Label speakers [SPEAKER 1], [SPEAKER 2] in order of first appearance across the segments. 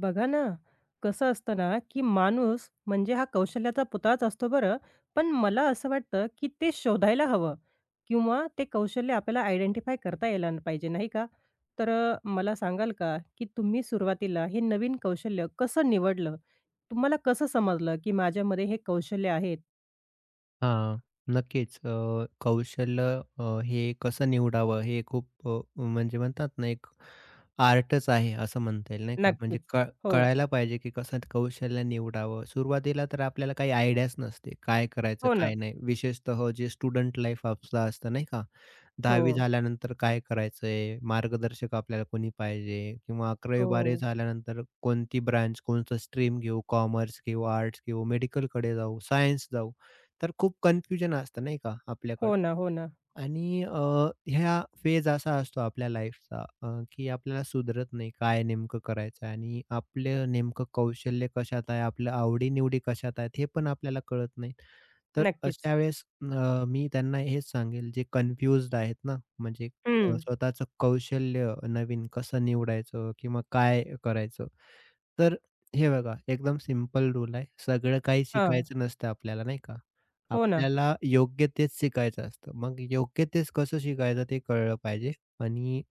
[SPEAKER 1] बघा ना, कसं असतं ना, की माणूस म्हणजे हा कौशल्याचा पुतळाच असतो बरं, पण मला असं वाटतं, की ते शोधायला हवं किंवा ते कौशल्य आपल्याला आयडेंटिफाय करता यायला पाहिजे, नाही का? तर मला सांगाल का, की तुम्ही सुरुवातीला हे नवीन कौशल्य कसं निवडलं? तुम्हाला कसं समजलं, की माझ्यामध्ये हे कौशल्य आहेत?
[SPEAKER 2] हां, नक्कीच. कौशल्य हे कसं निवडावं हे खूप म्हणजे म्हणतात ना एक आर्टच आहे असं म्हणता येईल नाही का? म्हणजे
[SPEAKER 1] नक्कीच. हो.
[SPEAKER 2] कळायला पाहिजे की कसं ते कौशल्य निवडावं. सुरुवातीला तर आपल्याला काही आयडियाच नसते. काय करायचं,
[SPEAKER 1] हो ना.
[SPEAKER 2] काय नाही. विशेषतः जे स्टुडंट लाईफ आपलं असतं नाही का? 10वी
[SPEAKER 1] हो,
[SPEAKER 2] झाल्यानंतर काय करायचंय? मार्गदर्शक आपल्याला कोणी पाहिजे? किंवा 11वी-12वी
[SPEAKER 1] हो.
[SPEAKER 2] झाल्यानंतर कोणती ब्रांच, कोणतं स्ट्रीम घेऊ? कॉमर्स घेऊ, आर्ट्स घेऊ, मेडिकलकडे जाऊ, सायन्स जाऊ? तर खूप कन्फ्युजन असतं नाही का आपल्याकडं.
[SPEAKER 1] हो ना, हो ना.
[SPEAKER 2] आणि ह्या फेज असा असतो आपल्या लाईफचा की आपल्याला सुधरत नाही काय नेमकं करायचं आहे आणि आपलं नेमकं कौशल्य कशात आहे, आपल्या आवडी-निवडी कशात आहेत हे पण आपल्याला कळत नाही. तर
[SPEAKER 1] नक्कीच.
[SPEAKER 2] अशा वेळेस मी त्यांना हेच सांगेल जे कन्फ्युज्ड आहेत ना, म्हणजे
[SPEAKER 1] हं.
[SPEAKER 2] स्वतःचं कौशल्य नवीन कसं निवडायचं किंवा काय करायचं? तर हे बघा, एकदम सिंपल रूल आहे. सगळं काही
[SPEAKER 1] हां.
[SPEAKER 2] शिकायचं नसतं आपल्याला नाही का?
[SPEAKER 1] हो ना.
[SPEAKER 2] आपल्याला योग्य तेच शिकायचं असतं. मग योग्य तेच कसं शिकायचं ते कळलं पाहिजे आणि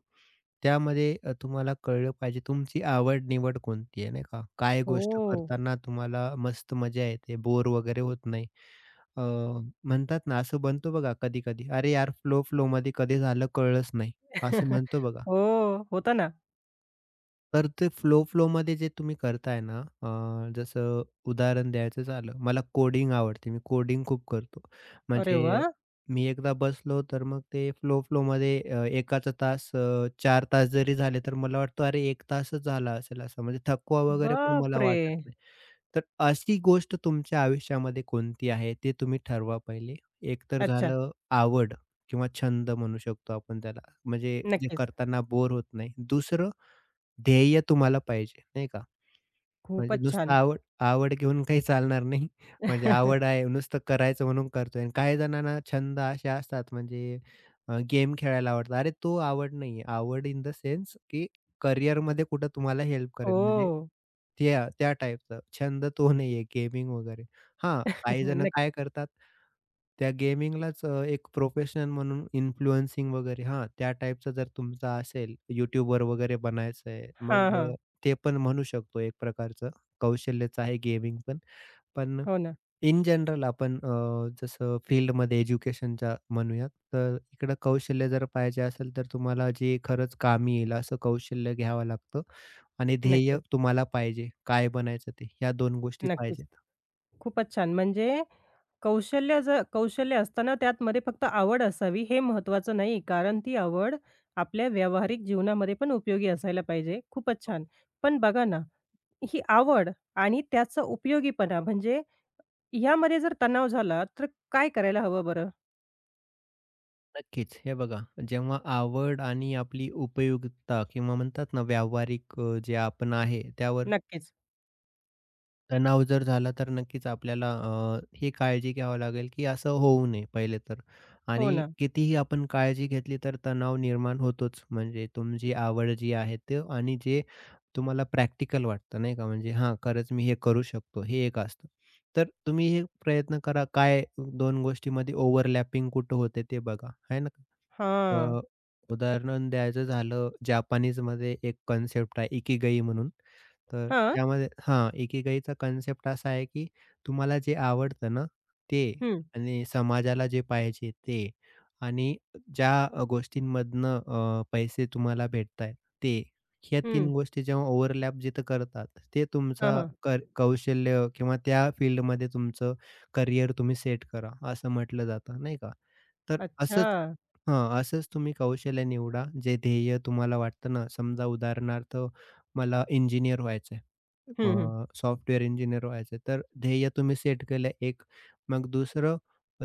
[SPEAKER 2] त्यामध्ये तुम्हाला कळलं पाहिजे तुमची आवड-निवड कोणती आहे नाही का? काय गोष्ट
[SPEAKER 1] हो.
[SPEAKER 2] करताना तुम्हाला मस्त मजा येते, बोर वगैरे होत नाही. अ, म्हणतात ना असं बनतो बघा कधी-कधी, "अरे यार, फ्लो-फ्लोमध्ये कधी झालं कळलंच नाही." असं म्हणतो बघा.
[SPEAKER 1] हो, होतं ना.
[SPEAKER 2] तर ते फ्लो, फ्लोमध्ये जे तुम्ही करताय ना, जसं उदाहरण द्यायचं झालं, मला कोडिंग आवडते. मी कोडिंग खूप करतो.
[SPEAKER 1] अरे वा,
[SPEAKER 2] म्हणजे मी एकदा बसलो, तर मग ते फ्लो, फ्लोमध्ये एकाचा तास 4 तास जरी झाले, तर मला वाटतं, "अरे, 1 तासच झाला असेल," असं. म्हणजे थकवा वगैरे पण मला
[SPEAKER 1] बापरे!
[SPEAKER 2] वाटत नाही. तर अशी गोष्ट तुमच्या आयुष्यामध्ये कोणती आहे, ते तुम्ही ठरवा पहिले. एक तर
[SPEAKER 1] अच्छा,
[SPEAKER 2] झालं आवड किंवा छंद म्हणू शकतो आपण त्याला, म्हणजे जे
[SPEAKER 1] नक्कीच.
[SPEAKER 2] करताना बोर होत नाही. दुसरं ध्येय तुम्हाला पाहिजे, नाही का? म्हणजे
[SPEAKER 1] खूपच
[SPEAKER 2] नुसतं
[SPEAKER 1] छान.
[SPEAKER 2] आवड आवड घेऊन काही चालणार नाही. म्हणजे आवड आहे, नुसतं करायचं म्हणून करतोय आणि काही जणांना छंद असे असतात म्हणजे गेम खेळायला आवडतं. अरे, तो आवड नाही आवड इन द सेन्स की करिअरमध्ये कुठं तुम्हाला हेल्प करेल म्हणजे
[SPEAKER 1] हो.
[SPEAKER 2] त्या त्या टाईपचं. छंद तो नाही आहे गेमिंग वगैरे. हां, काही जण काय
[SPEAKER 1] नक्कीच.
[SPEAKER 2] करतात, त्या गेमिंगलाच एक प्रोफेशन म्हणून इन्फ्लुएन्सिंग वगैरे हां, त्या टाईपचं जर तुमचा असेल, यूट्यूबर वगैरे बनायचं
[SPEAKER 1] हां,
[SPEAKER 2] मग
[SPEAKER 1] हां.
[SPEAKER 2] ते पण म्हणू शकतो एक प्रकारचं. कौशल्यच आहे गेमिंग पण. पण
[SPEAKER 1] हो ना.
[SPEAKER 2] इन जनरल आपण जसं फील्डमध्ये एज्युकेशनच्या म्हणूयात, तर इकडं कौशल्य जर पाहिजे असेल, तर तुम्हाला जे खरंच कामी येईल असं कौशल्य घ्यावं लागतं आणि ध्येय
[SPEAKER 1] नक्कीच,
[SPEAKER 2] तुम्हाला पाहिजे, काय बनायचं ते, ह्या दोन गोष्टी
[SPEAKER 1] नक्कीच.
[SPEAKER 2] पाहिजेत.
[SPEAKER 1] खूपच छान. म्हणजे कौशल्य जर कौशल्य असताना त्यातमध्ये फक्त आवड असावी हे महत्त्वाचं नाही, कारण ती आवड आपल्या व्यावहारिक जीवनामध्ये पण उपयोगी असायला पाहिजे. खूपच
[SPEAKER 2] हो,
[SPEAKER 1] छान. पण बघा ना, ही आवड आणि त्याचा उपयोगीपणा म्हणजे ह्यामध्ये जर तणाव झाला, तर काय करायला हवं बरं?
[SPEAKER 2] नक्कीच. हे बघा, जेव्हा आवड आणि आपली उपयुक्तता किंवा म्हणतात ना, व्यावहारिक जे आपण आहे त्यावर
[SPEAKER 1] नक्कीच.
[SPEAKER 2] तणाव जर झाला तर नक्कीच आपल्याला ही काळजी घ्यावी लागेल, की असं होऊ नये पहिले तर.
[SPEAKER 1] हो
[SPEAKER 2] आणि
[SPEAKER 1] ना.
[SPEAKER 2] कितीही आपण काळजी घेतली तर तणाव निर्माण होतोच. म्हणजे तुमची आवड जी आहे ते आणि जे तुम्हाला प्रॅक्टिकल वाटतं नाही का, म्हणजे हां, खरंच मी हे करू शकतो, हे एक असतं. तर तुम्ही हे प्रयत्न करा काय 2 गोष्टीमध्ये ओव्हरलॅपिंग कुठं होते ते बघा, आहे ना?
[SPEAKER 1] हां.
[SPEAKER 2] अ, उदाहरण द्यायचं झालं, जपानीजमध्ये एक कन्सेप्ट आहे इकिगाई म्हणून. तर
[SPEAKER 1] हां.
[SPEAKER 2] त्यामध्ये हां, एकेकाईचा कन्सेप्ट असा आहे, की तुम्हाला जे आवडतं ना, ते
[SPEAKER 1] हं,
[SPEAKER 2] आणि समाजाला जे पाहिजे ते आणि ज्या गोष्टींमधनं पैसे तुम्हाला भेटतायत ते. ह्या 3
[SPEAKER 1] हं.
[SPEAKER 2] गोष्टी जेव्हा ओव्हरलॅप जिथं करतात, ते
[SPEAKER 1] हां,
[SPEAKER 2] तुमचा
[SPEAKER 1] हां.
[SPEAKER 2] कौशल्य किंवा त्या फील्डमध्ये तुमचं करियर तुम्ही सेट करा, असं म्हटलं जातं, नाही का? तर असंच
[SPEAKER 1] अच्छा.
[SPEAKER 2] हां, असंच तुम्ही कौशल्य निवडा, जे ध्येय तुम्हाला वाटतं ना, समजा उदाहरणार्थ मला इंजिनिअर व्हायचं आहे.
[SPEAKER 1] हं, हं.
[SPEAKER 2] सॉफ्टवेअर इंजिनिअर व्हायचं तर ध्येय तुम्ही सेट केलं एक. मग दुसरं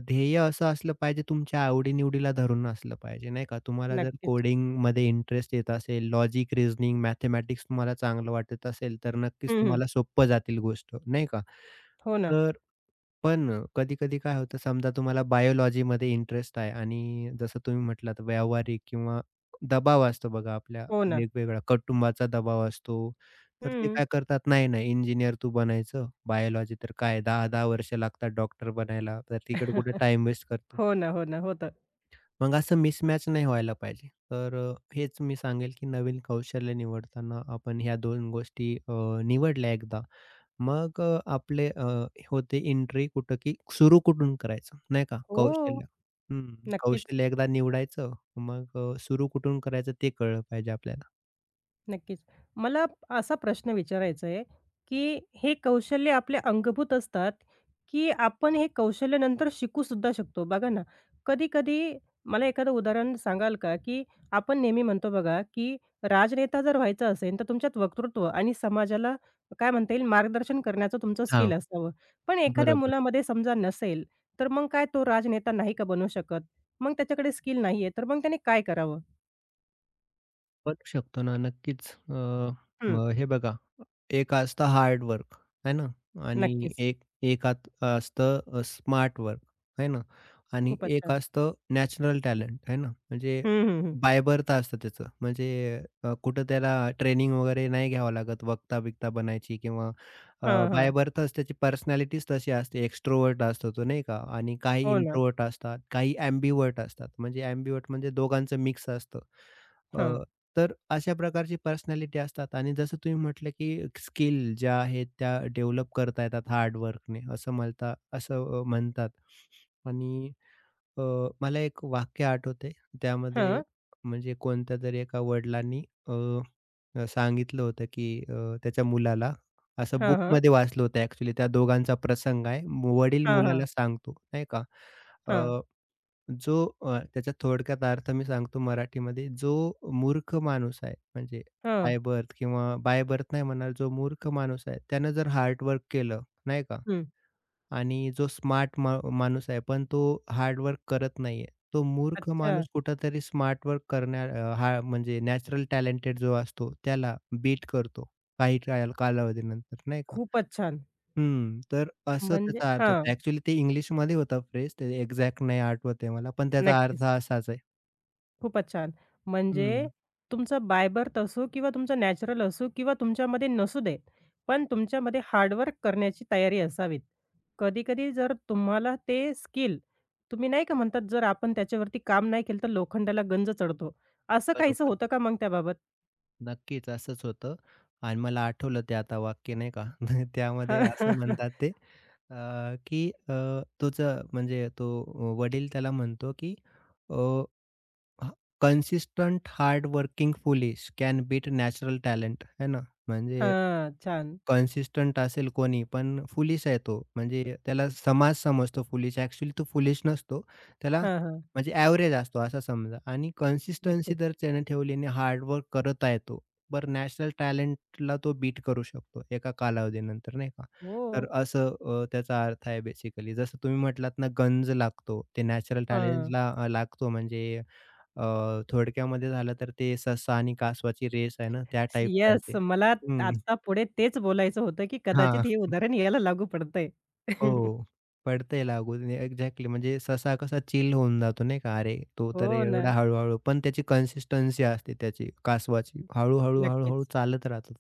[SPEAKER 2] ध्येय असं असलं पाहिजे तुमच्या आवडी-निवडीला धरून असलं पाहिजे, नाही का? तुम्हाला जर
[SPEAKER 1] नक्कीच.
[SPEAKER 2] कोडिंगमध्ये इंटरेस्ट येत असेल, लॉजिक, रिझनिंग, मॅथेमॅटिक्स तुम्हाला चांगलं वाटत असेल, तर नक्कीच
[SPEAKER 1] हं, हं.
[SPEAKER 2] तुम्हाला सोपं जातील गोष्ट, नाही का?
[SPEAKER 1] हो ना,
[SPEAKER 2] तर पण कधी-कधी काय होतं समजा तुम्हाला बायोलॉजीमध्ये इंटरेस्ट आहे आणि जसं तुम्ही म्हटलात व्यावहारिक किंवा दबाव असतो बघा आपल्या
[SPEAKER 1] हो ना.
[SPEAKER 2] वेगवेगळा कुटुंबाचा दबाव असतो. तर ते
[SPEAKER 1] हं.
[SPEAKER 2] काय करतात, "नाही, नाही इंजिनिअर तू बनायचं, बायोलॉजी तर काय 10-10 वर्ष लागतात डॉक्टर बनायला, तर तिकडे कुठे टाईम वेस्ट करतो."
[SPEAKER 1] हो ना, हो ना. होतं.
[SPEAKER 2] मग असं मिसमॅच नाही व्हायला पाहिजे. तर हेच मी सांगेल की नवीन कौशल्य निवडताना आपण ह्या 2 गोष्टी निवडल्या एकदा मग आपले होते एंट्री कुठं, की सुरू कुठून करायचं, नाही का?
[SPEAKER 1] हो.
[SPEAKER 2] कौशल्य. हं,
[SPEAKER 1] नक्कीच.
[SPEAKER 2] कौशल्य एकदा निवडायचं, मग सुरू कुठून करायचं ते कळलं पाहिजे आपल्याला.
[SPEAKER 1] नक्कीच. मला असा प्रश्न विचारायचा आहे, की हे कौशल्य आपले अंगभूत असतात, की आपण हे कौशल्य नंतर शिकू सुद्धा शकतो? बघा ना, कधी-कधी मला एखादं उदाहरण सांगाल का? की आपण नेहमी म्हणतो बघा, की राजनेता जर व्हायचं असेल, तर तुमच्यात वक्तृत्व आणि समाजाला काय म्हणता येईल, मार्गदर्शन करण्याचं तुमचं स्किल
[SPEAKER 2] हां,
[SPEAKER 1] असावं. पण एखाद्या
[SPEAKER 2] बरोबर.
[SPEAKER 1] मुलामध्ये समजा नसेल, तर मग काय तो राजनेता नाही का बनू शकत? मग त्याच्याकडे स्किल नाहीये, तर मग त्याने काय करावं?
[SPEAKER 2] बनू शकतो ना, नक्कीच.
[SPEAKER 1] हं,
[SPEAKER 2] मग हे बघा एक असतं हार्ड वर्क आहे ना आणि
[SPEAKER 1] नक्कीच.
[SPEAKER 2] एक एक आत असतं स्मार्ट वर्क आहे ना आणि
[SPEAKER 1] खूपच
[SPEAKER 2] एक
[SPEAKER 1] छान.
[SPEAKER 2] असतं नॅचरल टॅलेंट आहे ना म्हणजे
[SPEAKER 1] हं, हं, हं.
[SPEAKER 2] बाय बर्थ असतं त्याचं म्हणजे कुठं त्याला ट्रेनिंग वगैरे नाही घ्यावं लागत वक्ता बिक्ता बनायची किंवा अ,
[SPEAKER 1] हां, हां.
[SPEAKER 2] त्याची पर्सनॅलिटीच तशी असते एक्स्ट्रोवर्ट असतो तो नाही का आणि काही
[SPEAKER 1] हो ना.
[SPEAKER 2] इंट्रोवर्ट असतात काही ॲम्बिवर्ट असतात म्हणजे ॲम्बिवर्ट म्हणजे दोघांचं मिक्स असतं
[SPEAKER 1] हां,
[SPEAKER 2] तर अशा प्रकारची पर्सनॅलिटी असतात आणि जसं तुम्ही म्हटलं, की स्किल ज्या आहेत त्या डेव्हलप करता येतात हार्ड वर्कने असं म्हणता असं म्हणतात. आणि अ, मला एक वाक्य आठवतंय त्यामध्ये
[SPEAKER 1] हां.
[SPEAKER 2] म्हणजे कोणत्यातरी एका वडिलांनी अ, अ, सांगितलं होतं, की त्याच्या मुलाला असं
[SPEAKER 1] हां, हां.
[SPEAKER 2] बुकमध्ये वाचलं होतं ॲक्चुअली त्या दोघांचा प्रसंग आहे. वडील
[SPEAKER 1] हां, हां.
[SPEAKER 2] मुलाला सांगतो नाही का,
[SPEAKER 1] हां,
[SPEAKER 2] जो त्याचा थोडक्यात अर्थ मी सांगतो मराठीमध्ये, जो मूर्ख माणूस आहे, म्हणजे
[SPEAKER 1] हां.
[SPEAKER 2] बाय बर्थ किंवा बाय बर्थ नाही म्हणणार, जो मूर्ख माणूस आहे, त्यानं जर हार्ड केलं, नाही का?
[SPEAKER 1] हं.
[SPEAKER 2] आणि जो स्मार्ट माणूस आहे, पण तो हार्ड वर्क करत नाहीये. तो मूर्ख
[SPEAKER 1] अच्छा.
[SPEAKER 2] माणूस कुठेतरी स्मार्ट वर्क करण्या हा म्हणजे नॅचरल टॅलेंटेड जो असतो, त्याला बीट करतो काही कालावधीनंतर, नाही का?
[SPEAKER 1] खूपच छान.
[SPEAKER 2] हं, तर असं
[SPEAKER 1] म्हणजे
[SPEAKER 2] त्याचा अर्थ
[SPEAKER 1] हां,
[SPEAKER 2] होता. ॲक्चुअली ते इंग्लिशमध्ये होता फ्रेज, ते एक्झॅक्ट नाही आठवत आहे मला, पण त्याचा अर्थ
[SPEAKER 1] नक्कीच.
[SPEAKER 2] असाच आहे.
[SPEAKER 1] खूपच छान. म्हणजे
[SPEAKER 2] हं.
[SPEAKER 1] तुमचा बाय बर्थ असो किंवा तुमचं नॅचरल असो किंवा तुमच्यामध्ये नसू दे, पण तुमच्यामध्ये हार्डवर्क करण्याची तयारी असावीत. कधी-कधी जर तुम्हाला ते स्किल तुम्ही नाही का म्हणतात, जर आपण त्याच्यावरती काम नाही केलं, तर लोखंडाला गंज चढतो. असं काहीसं
[SPEAKER 2] बरोबर.
[SPEAKER 1] होतं का मग त्याबाबत?
[SPEAKER 2] नक्कीच असंच होतं आणि मला आठवलं ते आता वाक्य नाही का,
[SPEAKER 1] हां,
[SPEAKER 2] त्यामध्ये असं म्हणतात ते अ, की तुझं म्हणजे तो वडील त्याला म्हणतो, की अ, "consistent hard working foolish can beat natural talent." है ना? म्हणजे
[SPEAKER 1] हां. छान.
[SPEAKER 2] कन्सिस्टंट असेल कोणी पण फुलिश आहे तो. म्हणजे त्याला समाज समजतो फुलिश. ॲक्चुअली तो फुलिश नसतो. त्याला
[SPEAKER 1] हां, हां.
[SPEAKER 2] म्हणजे ॲव्हरेज असतो असं समजा आणि कन्सिस्टन्सी
[SPEAKER 1] नक्कीच.
[SPEAKER 2] जर त्याने ठेवली आणि हार्डवर्क करत आहे तो, तर नॅशनल टॅलेंटला तो बीट करू शकतो एका कालावधीनंतर नाही का.
[SPEAKER 1] हो.
[SPEAKER 2] तर असं त्याचा अर्थ आहे बेसिकली. जसं तुम्ही म्हटलात ना गंज लागतो. ते नॅचरल
[SPEAKER 1] हां.
[SPEAKER 2] टॅलेंटला लागतो म्हणजे थोडक्यामध्ये झालं तर ते ससा आणि कासवाची रेस आहे ना त्या टाईपचं आहे
[SPEAKER 1] येस.
[SPEAKER 2] ते.
[SPEAKER 1] मला
[SPEAKER 2] हं.
[SPEAKER 1] आता पुढे तेच बोलायचं होतं, की
[SPEAKER 2] हां.
[SPEAKER 1] कदाचित हे उदाहरण याला लागू पडतंय.
[SPEAKER 2] हो. पडतंय लागू. एक्झॅक्टली म्हणजे ससा कसा चिल होऊन जातो नाही का? अरे, तो
[SPEAKER 1] हो
[SPEAKER 2] तर
[SPEAKER 1] ना.
[SPEAKER 2] एवढा हळू-हळू पण त्याची कन्सिस्टन्सी असते त्याची कासवाची. हळू-हळू, हळू
[SPEAKER 1] नक्कीच,
[SPEAKER 2] चालत राहतो.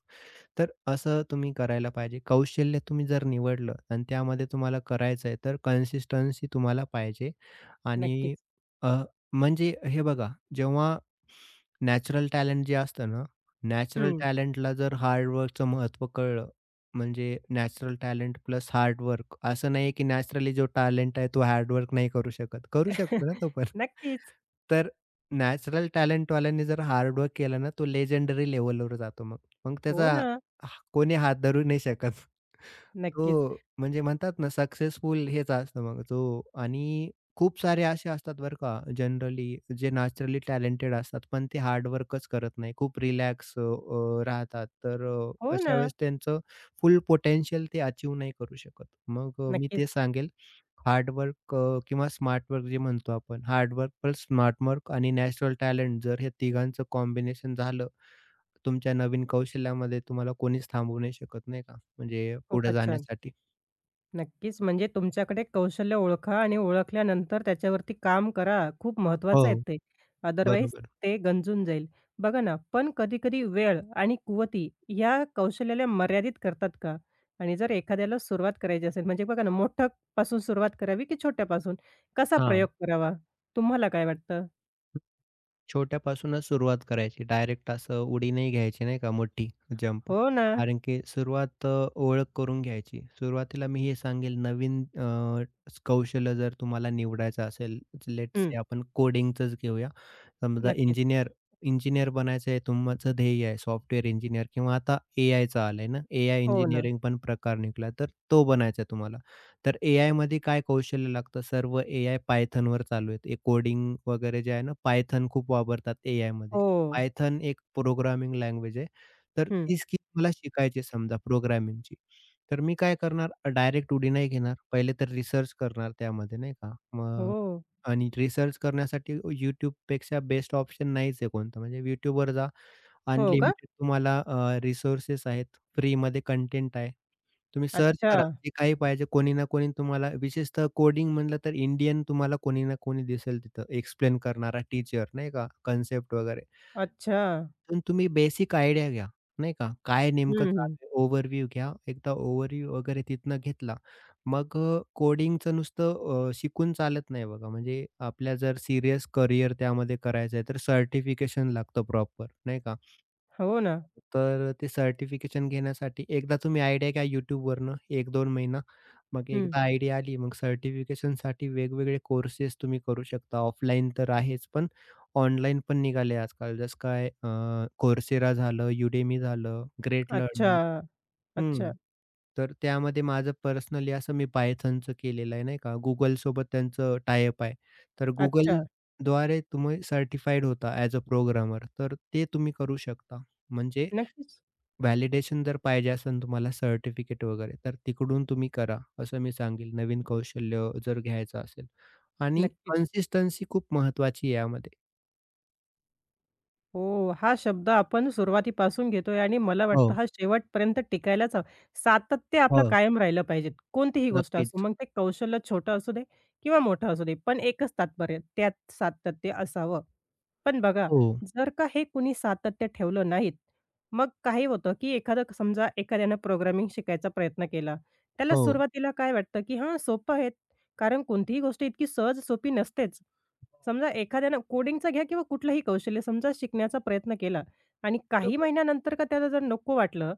[SPEAKER 2] तर असं तुम्ही करायला पाहिजे. कौशल्य तुम्ही जर निवडलं आणि त्यामध्ये तुम्हाला करायचंय तर कन्सिस्टन्सी तुम्हाला पाहिजे. आणि
[SPEAKER 1] नक्कीच.
[SPEAKER 2] अ, म्हणजे हे बघा, जेव्हा नॅचरल टॅलेंट जे असतं ना, नॅचरल
[SPEAKER 1] हं.
[SPEAKER 2] टॅलेंटला जर हार्ड वर्कचं महत्त्व कळलं, म्हणजे नॅचरल टॅलेंट प्लस हार्ड असं नाही की नॅचरली जो टॅलेंट आहे तो हार्ड वर्क नाही करू शकत. करू शकतो ना तो पण.
[SPEAKER 1] नक्कीच.
[SPEAKER 2] तर नॅचरल टॅलेंटवाल्याने जर हार्ड वर्क केलं ना, तो लेजेंडरी लेव्हलवर जातो मग. मग
[SPEAKER 1] हो
[SPEAKER 2] त्याचा
[SPEAKER 1] ना.
[SPEAKER 2] हा कोणी हात धरू नाही शकत. तो
[SPEAKER 1] नक्कीच.
[SPEAKER 2] म्हणजे म्हणतात ना सक्सेसफुल हेच असतं मग तो आणि खूप सारे असे असतात बरं का जनरली जे नॅचरली टॅलेंटेड असतात, पण ते हार्ड करत नाही. खूप रिलॅक्स राहतात. तर
[SPEAKER 1] हो
[SPEAKER 2] अशा
[SPEAKER 1] ना.
[SPEAKER 2] वेळेस त्यांचं फुल पोटेन्शियल ते अचीव्ह नाही करू शकत. मग मी ते
[SPEAKER 1] नक्कीच.
[SPEAKER 2] सांगेल हार्ड वर्क किंवा स्मार्ट वर्क जे म्हणतो आपण, हार्ड प्लस स्मार्ट वर्क आणि नॅचरल टॅलेंट जर हे तिघांचं कॉम्बिनेशन झालं, तुमच्या नवीन कौशल्यामध्ये तुम्हाला कोणीच थांबवू नाही शकत नाही का, म्हणजे पुढे
[SPEAKER 1] खूपच छान.
[SPEAKER 2] जाण्यासाठी.
[SPEAKER 1] नक्कीच. म्हणजे तुमच्याकडे कौशल्य ओळखा आणि ओळखल्यानंतर त्याच्यावरती काम करा. खूप महत्त्वाचं आहे
[SPEAKER 2] हो,
[SPEAKER 1] ते. अदरवाईज
[SPEAKER 2] बरोबर.
[SPEAKER 1] ते गंजून जाईल. बघा ना, पण कधी-कधी वेळ आणि कुवती या कौशल्याला मर्यादित करतात का? आणि जर एखाद्याला सुरुवात करायची असेल, म्हणजे बघा ना, मोठ्यापासून सुरुवात करावी की छोट्यापासून? कसा
[SPEAKER 2] हां.
[SPEAKER 1] प्रयोग करावा? तुम्हाला काय वाटतं?
[SPEAKER 2] छोट्यापासूनच सुरुवात करायची. डायरेक्ट असं उडी नाही घ्यायची नाही का मोठी जंप.
[SPEAKER 1] हो ना.
[SPEAKER 2] कारण की सुरुवात ओळख करून घ्यायची. सुरुवातीला मी हे सांगेल नवीन कौशल्य जर तुम्हाला निवडायचं असेल, लेट
[SPEAKER 1] हं.
[SPEAKER 2] से आपण कोडिंगचंच घेऊया. समजा
[SPEAKER 1] नक्कीच.
[SPEAKER 2] इंजिनिअर इंजिनिअर बनायचं आहे तुमचं ध्येय आहे सॉफ्टवेअर इंजिनिअर किंवा आता एआयचं आलंय ना, एआय
[SPEAKER 1] हो ना.
[SPEAKER 2] इंजिनिअरिंग पण प्रकार निघाला तर तो बनायचा आहे तुम्हाला. तर एआयमध्ये काय कौशल्य लागतं? सर्व एआय Pythonवर चालू आहेत. कोडिंग वगैरे जे आहे ना, Python खूप वापरतात एआयमध्ये.
[SPEAKER 1] हो.
[SPEAKER 2] Python एक प्रोग्रामिंग लँग्वेज आहे. तर
[SPEAKER 1] हं.
[SPEAKER 2] ती स्किल मला शिकायची आहे समजा प्रोग्रामिंगची. तर मी काय करणार? डायरेक्ट उडी नाही घेणार. पहिले तर रिसर्च करणार त्यामध्ये नाही का. मग
[SPEAKER 1] हो.
[SPEAKER 2] आणि रिसर्च करण्यासाठी YouTubeपेक्षा बेस्ट ऑप्शन नाहीच आहे कोणता. म्हणजे YouTubeवर जा.
[SPEAKER 1] हो का?
[SPEAKER 2] अनलिमिटेड तुम्हाला रिसोर्सेस आहेत. फ्रीमध्ये कंटेंट आहे. तुम्ही सर्च
[SPEAKER 1] अच्छा.
[SPEAKER 2] करा. जे काही पाहिजे कोणी ना कोणी तुम्हाला विशेषतः कोडिंग म्हटलं तर इंडियन तुम्हाला कोणी ना कोणी दिसेल तिथं एक्सप्लेन करणारा टीचर नाही का कन्सेप्ट वगैरे.
[SPEAKER 1] अच्छा.
[SPEAKER 2] पण तुम्ही बेसिक आयडिया घ्या नाही का. काय नेमकं
[SPEAKER 1] हं,
[SPEAKER 2] चालू
[SPEAKER 1] हं.
[SPEAKER 2] आहे ओव्हरव्ह्यू घ्या. एकदा ओव्हरव्ह्यू वगैरे तिथनं घेतला. मग कोडिंगचं नुसतं शिकून चालत नाही बघा. म्हणजे आपल्या जर सीरियस करियर त्यामध्ये करायचं आहे तर सर्टिफिकेशन लागतं प्रॉपर नाही का.
[SPEAKER 1] हो ना.
[SPEAKER 2] तर ते सर्टिफिकेशन घेण्यासाठी एकदा तुम्ही आयडिया घ्या YouTubeवरनं एक दोन महिना. मग
[SPEAKER 1] हं.
[SPEAKER 2] एकदा आयडिया आली, मग सर्टिफिकेशनसाठी वेगवेगळे कोर्सेस तुम्ही करू शकता. ऑफलाईन तर आहेच, पण ऑनलाईन पण निघाले आजकाल. जसं काय झालं, Udemy झालं, ग्रेट
[SPEAKER 1] अच्छा,
[SPEAKER 2] लर्निंग
[SPEAKER 1] अच्छा,
[SPEAKER 2] हं. तर त्यामध्ये माझं पर्सनली असं मी Pythonचं केलेलं आहे, नाही का. Googleसोबत त्यांचं टाय आहे. तर
[SPEAKER 1] अच्छा.
[SPEAKER 2] Googleद्वारे तुम्ही सर्टिफाईड होता ॲज अ प्रोग्रामर. तर ते तुम्ही करू शकता. म्हणजे
[SPEAKER 1] नक्कीच,
[SPEAKER 2] व्हॅलिडेशन जर पाहिजे असेल तुम्हाला सर्टिफिकेट वगैरे, तर तिकडून तुम्ही करा, असं मी सांगेल. नवीन कौशल्य जर घ्यायचं असेल आणि
[SPEAKER 1] नक्कीच.
[SPEAKER 2] कन्सिस्टन्सी खूप महत्वाची आहे यामध्ये.
[SPEAKER 1] हो, हा शब्द आपण सुरुवातीपासून घेतोय आणि मला वाटतं
[SPEAKER 2] हो,
[SPEAKER 1] हा शेवटपर्यंत टिकायलाच हवा. सातत्य आपलं
[SPEAKER 2] हो.
[SPEAKER 1] कायम राहिलं पाहिजे. कोणतीही गोष्ट असो,
[SPEAKER 2] नक्कीच.
[SPEAKER 1] मग ते कौशल्य छोटं असू दे किंवा मोठं असू दे, पण एकच तात्पर्य त्यात सातत्य असावं. पण बघा,
[SPEAKER 2] हो,
[SPEAKER 1] जर का हे कुणी सातत्य ठेवलं नाहीत, मग काही होतं, की एखादं समजा एखाद्यानं प्रोग्रामिंग शिकायचा प्रयत्न केला. त्याला
[SPEAKER 2] हो.
[SPEAKER 1] सुरुवातीला काय वाटतं, की हां, सोपं आहे. कारण कोणतीही गोष्ट इतकी सहज सोपी नसतेच. समजा एखाद्यानं कोडिंगचा घ्या किंवा कुठलंही कौशल्य समजा शिकण्याचा प्रयत्न केला आणि काही
[SPEAKER 2] बरोबर.
[SPEAKER 1] महिन्यानंतर का त्याला जर नको वाटलं,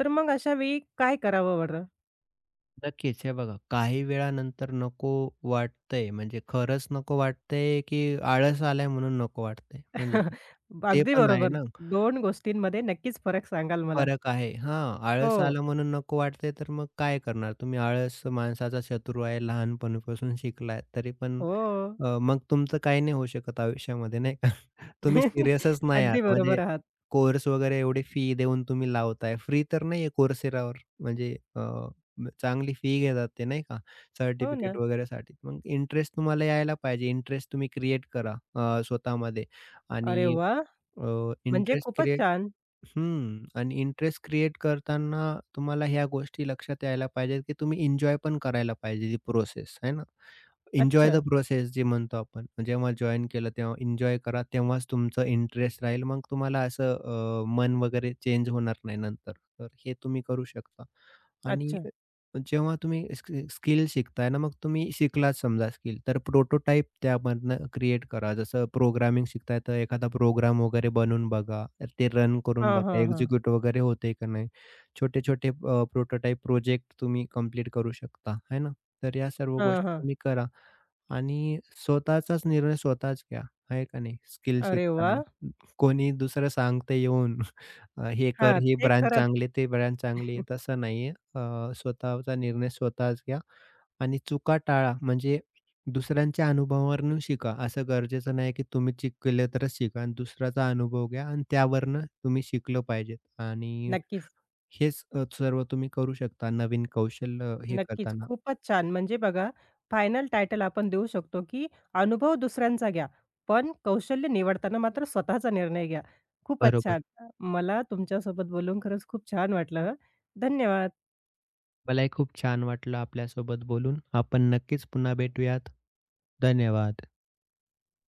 [SPEAKER 1] तर मग अशा वेळी काय करावं बरं?
[SPEAKER 2] नक्कीच. हे बघा, काही वेळानंतर नको वाटतंय, म्हणजे खरंच नको वाटतंय, की आळस आलाय म्हणून नको वाटतंय? म्हणजे ते
[SPEAKER 1] अगदी
[SPEAKER 2] पण आहे
[SPEAKER 1] बरोबर.
[SPEAKER 2] ना.
[SPEAKER 1] 2 गोष्टींमध्ये नक्कीच फरक सांगाल मला.
[SPEAKER 2] फरक आहे. हां, आळस
[SPEAKER 1] हो.
[SPEAKER 2] आलं म्हणून नको वाटते, तर मग काय करणार तुम्ही? आळस माणसाचा शत्रू आहे, लहानपणापासून शिकलाय. तरी पण
[SPEAKER 1] हो.
[SPEAKER 2] मग तुमचं काही नाही होऊ शकत आयुष्यामध्ये नाही का? तुम्ही सीरियसच नाही आहात.
[SPEAKER 1] अगदी बरोबर
[SPEAKER 2] म्हणजे
[SPEAKER 1] आहात.
[SPEAKER 2] कोर्स वगैरे एवढी फी देऊन तुम्ही लावताय. फ्री तर नाहीये Courseraवर म्हणजे चांगली फी घेतात ते नाही का?
[SPEAKER 1] हो
[SPEAKER 2] सर्टिफिकेट
[SPEAKER 1] ना.
[SPEAKER 2] वगैरेसाठी. मग इंटरेस्ट तुम्हाला यायला पाहिजे. इंटरेस्ट तुम्ही क्रिएट करा स्वतःमध्ये
[SPEAKER 1] अरे
[SPEAKER 2] आणि
[SPEAKER 1] वाह! म्हणजे
[SPEAKER 2] इंटरेस्ट
[SPEAKER 1] खूपच
[SPEAKER 2] क्रिएट
[SPEAKER 1] छान.
[SPEAKER 2] हं. आणि इंटरेस्ट क्रिएट करताना तुम्हाला ह्या गोष्टी लक्षात यायला पाहिजेत, की तुम्ही एन्जॉय पण करायला पाहिजे ही प्रोसेस, है ना? एन्जॉय
[SPEAKER 1] अच्छा,
[SPEAKER 2] द प्रोसेस जे म्हणतो आपण. म्हणजे जेव्हा जॉइन केलं तेव्हा एन्जॉय करा. तेव्हाच तुमचं इंटरेस्ट राहील. मग तुम्हाला असं मन वगैरे चेंज होणार नाही नंतर. तर हे तुम्ही करू शकता. आणि
[SPEAKER 1] अच्छा.
[SPEAKER 2] जेव्हा तुम्ही स्किल शिकताय ना, मग तुम्ही शिकलाच समजा स्किल, तर प्रोटोटाइप त्यामधनं क्रिएट करा. जसं प्रोग्रामिंग शिकताय तर एखादा प्रोग्राम वगैरे बनवून बघा. ते रन करून
[SPEAKER 1] हां,
[SPEAKER 2] बघा.
[SPEAKER 1] हां, हां.
[SPEAKER 2] एक्झिक्यूट वगैरे होतंय का नाही. छोटे-छोटे प्रोजेक्ट तुम्ही कंप्लीट करू शकता, आहे ना. तर या सर्व
[SPEAKER 1] हां,
[SPEAKER 2] गोष्टी
[SPEAKER 1] हां.
[SPEAKER 2] तुम्ही करा. आणि स्वतःचाच निर्णय स्वतःच घ्या, आहे का नाही? स्किल
[SPEAKER 1] अरे
[SPEAKER 2] शिकताना.
[SPEAKER 1] वाह!
[SPEAKER 2] कोणी दुसरं सांगतंय येऊन हे
[SPEAKER 1] हां,
[SPEAKER 2] कर, हे
[SPEAKER 1] ते
[SPEAKER 2] ब्रँड
[SPEAKER 1] खरंच.
[SPEAKER 2] चांगले, ते ब्रँड चांगले आहे, तसं नाहीये. स्वतःचा निर्णय स्वतःच घ्या आणि चुका टाळा. म्हणजे दुसऱ्यांच्या अनुभवावरून शिका. असं गरजेचं नाही की तुम्हीच शिकले तरच शिका आणि दुसऱ्याचा अनुभव घ्या आणि त्यावरनं तुम्ही शिकलं पाहिजेत आणि
[SPEAKER 1] नक्कीच,
[SPEAKER 2] हेच सर्व तुम्ही करू शकता नवीन कौशल्य हे
[SPEAKER 1] नक्कीच.
[SPEAKER 2] करताना.
[SPEAKER 1] खूपच छान. म्हणजे बघा, फायनल टायटल आपण देऊ शकतो, की अनुभव दुसऱ्यांचा घ्या, पण कौशल्य निवडताना मात्र स्वतःचा निर्णय घ्या. खूपच छान.
[SPEAKER 2] बरोबर.
[SPEAKER 1] मला तुमच्यासोबत बोलून खरंच खूप छान वाटलं धन्यवाद.
[SPEAKER 2] मलाही खूप छान वाटलं आपल्यासोबत बोलून. आपण नक्कीच पुन्हा भेटूयात. धन्यवाद.